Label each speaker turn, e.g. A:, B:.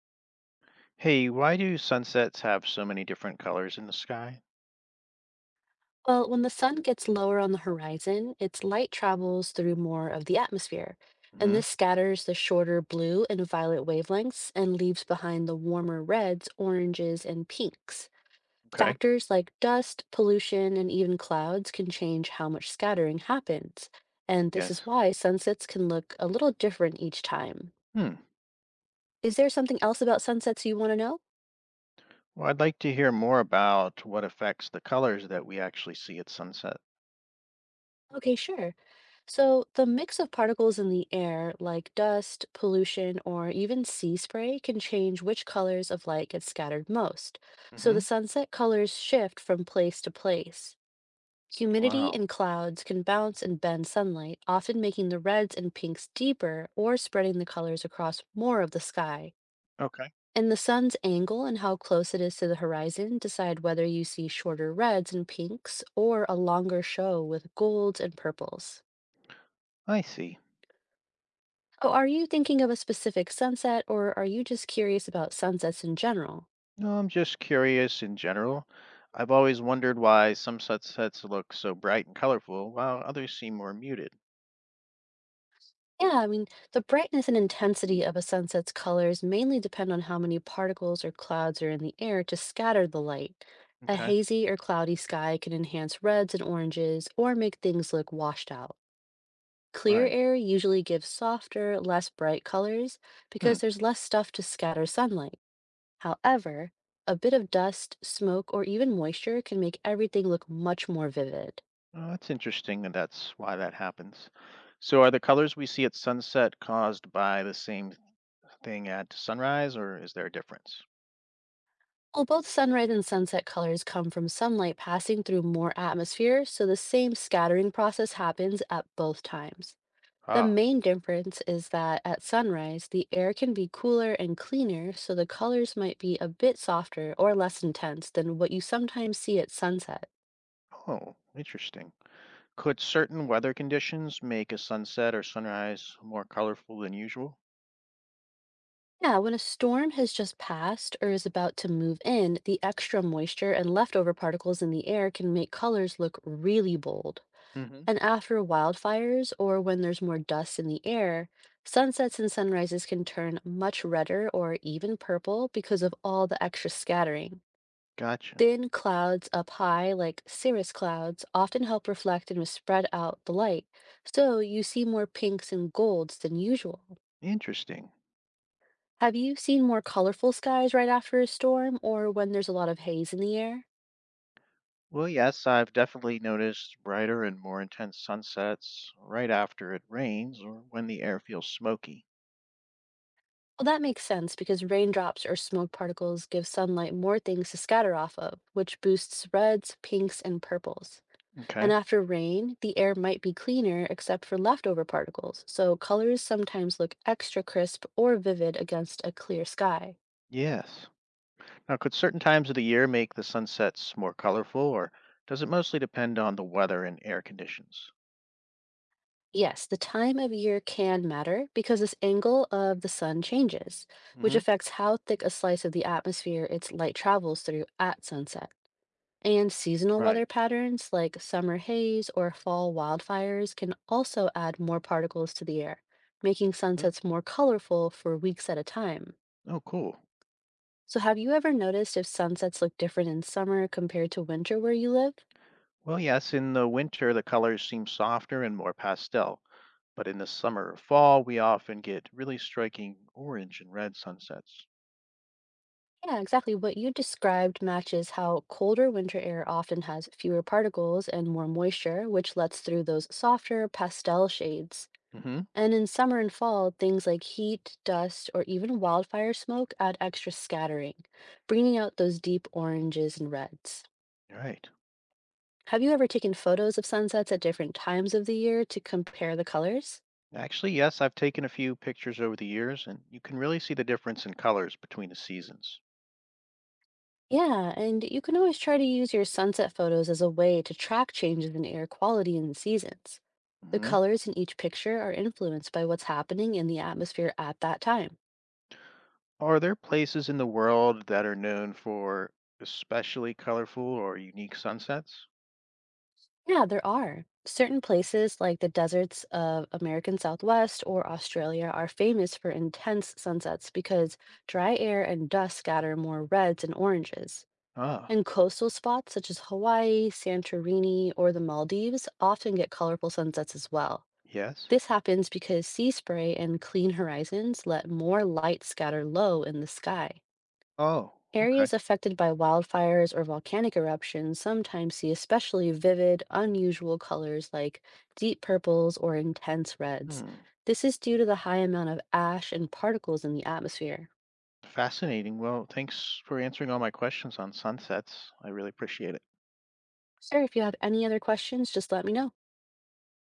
A: Hey, why do sunsets have so many different colors in the sky?
B: Well, when the sun gets lower on the horizon, its light travels through more of the atmosphere, and
A: Hmm.
B: this scatters the shorter blue and violet wavelengths and leaves behind the warmer reds, oranges, and pinks.
A: Okay.
B: Factors like dust, pollution, and even clouds can change how much scattering happens, and this is
A: Yes.
B: why sunsets can look a little different each time.
A: Hmm.
B: Is there something else about sunsets you want to know?
A: Well, I'd like to hear more about what affects the colors that we actually see at sunset.
B: Okay, sure. So the mix of particles in the air, like dust, pollution, or even sea spray, can change which colors of light get scattered most. So the
A: Hmm.
B: sunset colors shift from place to place. Humidity
A: Wow.
B: and clouds can bounce and bend sunlight, often making the reds and pinks deeper or spreading the colors across more of the sky.
A: Okay.
B: And the sun's angle and how close it is to the horizon decide whether you see shorter reds and pinks or a longer show with golds and purples.
A: I see.
B: Oh, are you thinking of a specific sunset or are you just curious about sunsets in general?
A: No, I'm just curious in general. I've always wondered why some sunsets look so bright and colorful while others seem more muted.
B: Yeah, the brightness and intensity of a sunset's colors mainly depend on how many particles or clouds are in the air to scatter the light. A
A: Okay.
B: hazy or cloudy sky can enhance reds and oranges or make things look washed out. Clear
A: Right.
B: air usually gives softer, less bright colors
A: Hmm.
B: because there's less stuff to scatter sunlight. However, a bit of dust, smoke, or even moisture can make everything look much more vivid.
A: Well, that's interesting, and that's why that happens. So, are the colors we see at sunset caused by the same thing at sunrise, or is there a difference?
B: Well, both sunrise and sunset colors come from sunlight passing through more atmosphere, so the same scattering process happens at both times. The
A: Ah.
B: main difference is that at sunrise, the air can be cooler and cleaner, so the colors might be a bit softer or less intense than what you sometimes see at sunset.
A: Oh, interesting. Could certain weather conditions make a sunset or sunrise more colorful than usual?
B: Yeah, when a storm has just passed or is about to move in, the extra moisture and leftover particles in the air can make colors look really bold.
A: Hmm.
B: And after wildfires or when there's more dust in the air, sunsets and sunrises can turn much redder or even purple because of all the extra scattering.
A: Gotcha.
B: Thin clouds up high, like cirrus clouds, often help reflect and spread out the light, so you see more pinks and golds than usual.
A: Interesting.
B: Have you seen more colorful skies right after a storm or when there's a lot of haze in the air?
A: Well, yes, I've definitely noticed brighter and more intense sunsets right after it rains or when the air feels smoky.
B: Well, that makes sense because raindrops or smoke particles give sunlight more things to scatter off of, which boosts reds, pinks, and purples. And
A: Okay.
B: after rain, the air might be cleaner except for leftover particles, so colors sometimes look extra crisp or vivid against a clear sky.
A: Yes. Now, could certain times of the year make the sunsets more colorful, or does it mostly depend on the weather and air conditions?
B: Yes, the time of year can matter because this angle of the sun changes, which
A: Hmm.
B: affects how thick a slice of the atmosphere its light travels through at sunset. And seasonal weather
A: Right.
B: patterns like summer haze or fall wildfires can also add more particles to the air, making
A: Hmm.
B: sunsets more colorful for weeks at a time.
A: Oh, cool.
B: So, have you ever noticed if sunsets look different in summer compared to winter where you live?
A: Well, yes, in the winter, the colors seem softer and more pastel, but in the summer or fall, we often get really striking orange and red sunsets.
B: Yeah, exactly. What you described matches how colder winter air often has fewer particles and more moisture, which lets through those softer pastel shades.
A: Hmm.
B: And in summer and fall, things like heat, dust, or even wildfire smoke add extra scattering, bringing out those deep oranges and reds.
A: Right.
B: Have you ever taken photos of sunsets at different times of the year to compare the colors?
A: Actually, yes, I've taken a few pictures over the years, and you can really see the difference in colors between the seasons.
B: Yeah, and you can always try to use your sunset photos as a way to track changes in air quality in the seasons. The
A: Hmm.
B: colors in each picture are influenced by what's happening in the atmosphere at that time.
A: Are there places in the world that are known for especially colorful or unique sunsets?
B: Yeah, there are. Certain places like the deserts of American Southwest or Australia are famous for intense sunsets because dry air and dust scatter more reds and oranges.
A: Ah,
B: And coastal spots such as Hawaii, Santorini, or the Maldives often get colorful sunsets as well.
A: yes.
B: This happens because sea spray and clean horizons let more light scatter low in the sky.
A: Oh, okay.
B: Areas affected by wildfires or volcanic eruptions sometimes see especially vivid, unusual colors like deep purples or intense reds.
A: Hmm.
B: This is due to the high amount of ash and particles in the atmosphere.
A: Fascinating. Well, thanks for answering all my questions on sunsets. I really appreciate it.
B: Sir, if you have any other questions, just let me know.